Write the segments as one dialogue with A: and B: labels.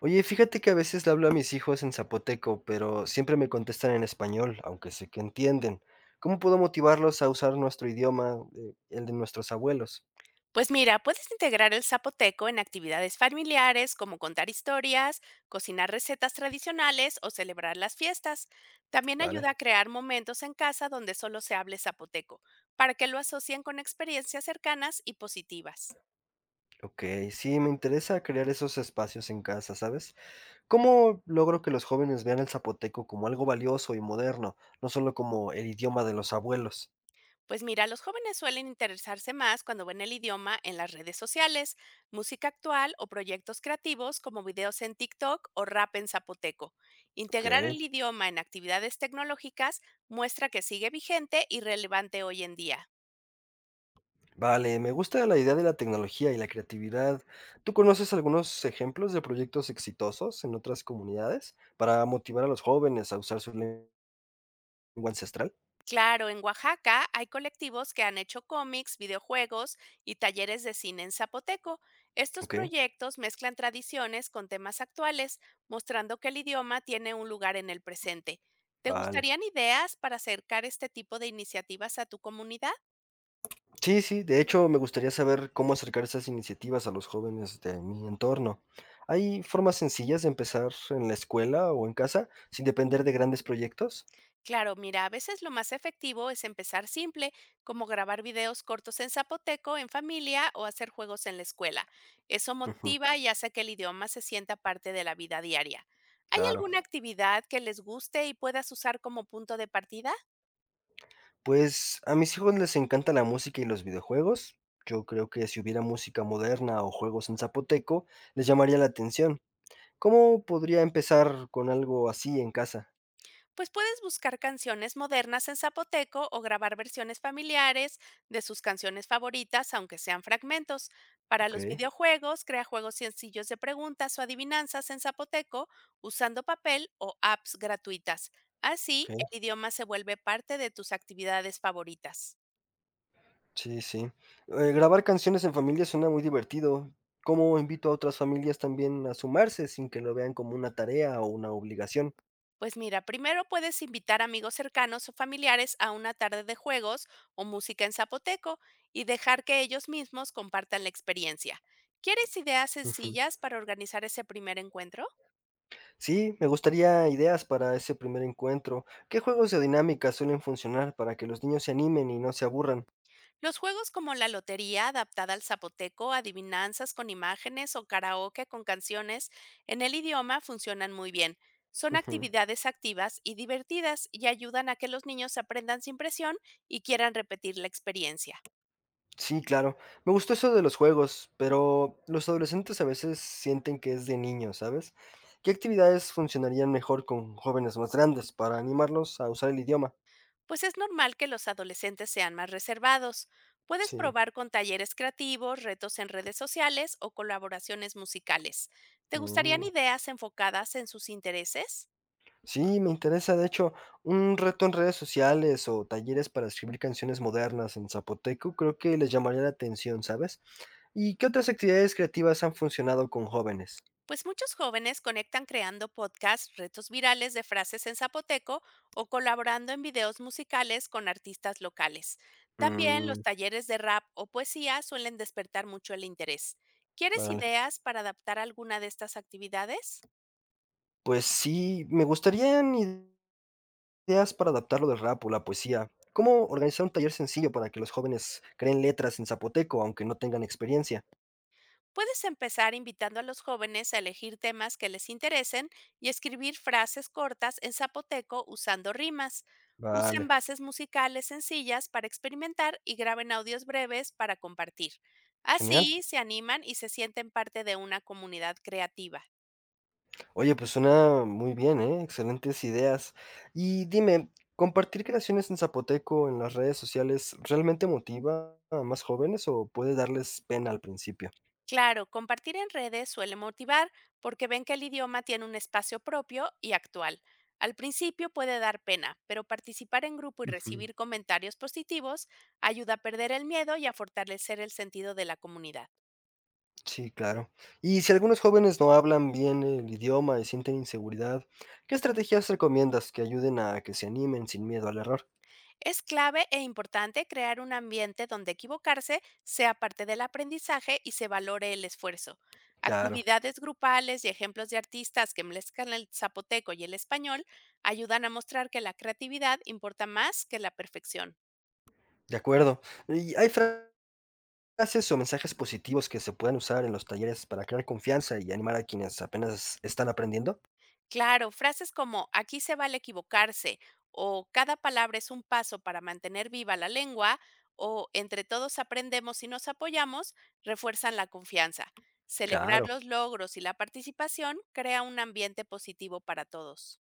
A: Oye, fíjate que a veces le hablo a mis hijos en zapoteco, pero siempre me contestan en español, aunque sé que entienden. ¿Cómo puedo motivarlos a usar nuestro idioma, el de nuestros abuelos?
B: Pues mira, puedes integrar el zapoteco en actividades familiares como contar historias, cocinar recetas tradicionales o celebrar las fiestas. También
A: Vale.
B: ayuda a crear momentos en casa donde solo se hable zapoteco, para que lo asocien con experiencias cercanas y positivas.
A: Ok, sí, me interesa crear esos espacios en casa, ¿sabes? ¿Cómo logro que los jóvenes vean el zapoteco como algo valioso y moderno, no solo como el idioma de los abuelos?
B: Pues mira, los jóvenes suelen interesarse más cuando ven el idioma en las redes sociales, música actual o proyectos creativos como videos en TikTok o rap en zapoteco. Integrar
A: Ok.
B: el idioma en actividades tecnológicas muestra que sigue vigente y relevante hoy en día.
A: Vale, me gusta la idea de la tecnología y la creatividad. ¿Tú conoces algunos ejemplos de proyectos exitosos en otras comunidades para motivar a los jóvenes a usar su lengua ancestral?
B: Claro, en Oaxaca hay colectivos que han hecho cómics, videojuegos y talleres de cine en zapoteco. Estos
A: Ok,
B: proyectos mezclan tradiciones con temas actuales, mostrando que el idioma tiene un lugar en el presente. ¿Te
A: vale.
B: gustarían ideas para acercar este tipo de iniciativas a tu comunidad?
A: Sí, sí, de hecho me gustaría saber cómo acercar esas iniciativas a los jóvenes de mi entorno. ¿Hay formas sencillas de empezar en la escuela o en casa sin depender de grandes proyectos?
B: Claro, mira, a veces lo más efectivo es empezar simple, como grabar videos cortos en zapoteco, en familia o hacer juegos en la escuela. Eso
A: Ujú,
B: motiva y hace que el idioma se sienta parte de la vida diaria. ¿Hay
A: claro.
B: alguna actividad que les guste y puedas usar como punto de partida?
A: Pues a mis hijos les encanta la música y los videojuegos. Yo creo que si hubiera música moderna o juegos en zapoteco, les llamaría la atención. ¿Cómo podría empezar con algo así en casa?
B: Pues puedes buscar canciones modernas en zapoteco o grabar versiones familiares de sus canciones favoritas, aunque sean fragmentos. Para los
A: Okey,
B: videojuegos, crea juegos sencillos de preguntas o adivinanzas en zapoteco usando papel o apps gratuitas. Así,
A: okey.
B: el idioma se vuelve parte de tus actividades favoritas.
A: Sí, sí. Grabar canciones en familia suena muy divertido. ¿Cómo invito a otras familias también a sumarse sin que lo vean como una tarea o una obligación?
B: Pues mira, primero puedes invitar amigos cercanos o familiares a una tarde de juegos o música en zapoteco y dejar que ellos mismos compartan la experiencia. ¿Quieres ideas
A: Ujú.
B: sencillas para organizar ese primer encuentro?
A: Sí, me gustaría ideas para ese primer encuentro. ¿Qué juegos o dinámicas suelen funcionar para que los niños se animen y no se aburran?
B: Los juegos como la lotería adaptada al zapoteco, adivinanzas con imágenes o karaoke con canciones en el idioma funcionan muy bien. Son
A: Ujú.
B: actividades activas y divertidas y ayudan a que los niños aprendan sin presión y quieran repetir la experiencia.
A: Sí, claro. Me gustó eso de los juegos, pero los adolescentes a veces sienten que es de niños, ¿sabes? ¿Qué actividades funcionarían mejor con jóvenes más grandes para animarlos a usar el idioma?
B: Pues es normal que los adolescentes sean más reservados. Puedes
A: Sí.
B: probar con talleres creativos, retos en redes sociales o colaboraciones musicales. ¿Te gustarían
A: Mm.
B: ideas enfocadas en sus intereses?
A: Sí, me interesa, de hecho, un reto en redes sociales o talleres para escribir canciones modernas en zapoteco, creo que les llamaría la atención, ¿sabes? ¿Y qué otras actividades creativas han funcionado con jóvenes?
B: Pues muchos jóvenes conectan creando podcasts, retos virales de frases en zapoteco o colaborando en videos musicales con artistas locales. También los
A: Mm,
B: talleres de rap o poesía suelen despertar mucho el interés. ¿Quieres
A: vale.
B: ideas para adaptar alguna de estas actividades?
A: Pues sí, me gustarían ideas para adaptarlo del rap o la poesía. ¿Cómo organizar un taller sencillo para que los jóvenes creen letras en zapoteco, aunque no tengan experiencia?
B: Puedes empezar invitando a los jóvenes a elegir temas que les interesen y escribir frases cortas en zapoteco usando rimas.
A: Vale,
B: Usen bases musicales sencillas para experimentar y graben audios breves para compartir.
A: genial.
B: Así se animan y se sienten parte de una comunidad creativa.
A: Oye, pues suena muy bien, ¿eh? Excelentes ideas. Y dime, ¿compartir creaciones en zapoteco en las redes sociales realmente motiva a más jóvenes o puede darles pena al principio?
B: Claro, compartir en redes suele motivar porque ven que el idioma tiene un espacio propio y actual. Al principio puede dar pena, pero participar en grupo y
A: Ujú.
B: recibir comentarios positivos ayuda a perder el miedo y a fortalecer el sentido de la comunidad.
A: Sí, claro. Y si algunos jóvenes no hablan bien el idioma y sienten inseguridad, ¿qué estrategias recomiendas que ayuden a que se animen sin miedo al error?
B: Es clave e importante crear un ambiente donde equivocarse sea parte del aprendizaje y se valore el esfuerzo.
A: Claro.
B: Actividades grupales y ejemplos de artistas que mezclan el zapoteco y el español ayudan a mostrar que la creatividad importa más que la perfección.
A: De acuerdo. ¿Y hay frases o mensajes positivos que se puedan usar en los talleres para crear confianza y animar a quienes apenas están aprendiendo?
B: Claro, frases como aquí se vale equivocarse o cada palabra es un paso para mantener viva la lengua o entre todos aprendemos y nos apoyamos refuerzan la confianza. Celebrar
A: Claro.
B: los logros y la participación crea un ambiente positivo para todos.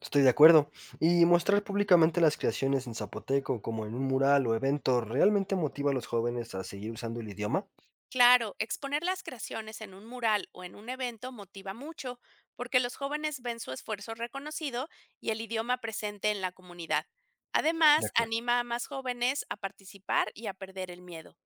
A: Estoy de acuerdo. Y mostrar públicamente las creaciones en zapoteco, como en un mural o evento, ¿realmente motiva a los jóvenes a seguir usando el idioma?
B: Claro, exponer las creaciones en un mural o en un evento motiva mucho porque los jóvenes ven su esfuerzo reconocido y el idioma presente en la comunidad.
A: De
B: Además,
A: acuerdo.
B: anima a más jóvenes a participar y a perder el miedo.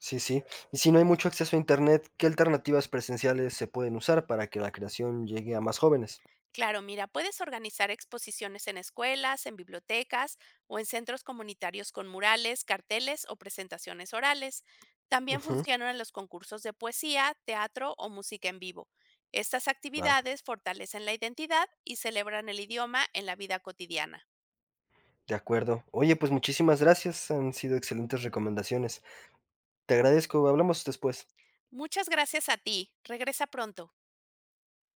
A: Sí, sí. Y si no hay mucho acceso a Internet, ¿qué alternativas presenciales se pueden usar para que la creación llegue a más jóvenes?
B: Claro, mira, puedes organizar exposiciones en escuelas, en bibliotecas o en centros comunitarios con murales, carteles o presentaciones orales. También Ujú.
A: Ujú,
B: Funcionan los concursos de poesía, teatro o música en vivo. Estas
A: va,
B: actividades fortalecen la identidad y celebran el idioma en la vida cotidiana.
A: de acuerdo. Oye, pues muchísimas gracias. Han sido excelentes recomendaciones. Te agradezco, hablamos después.
B: Muchas gracias a ti. Regresa pronto.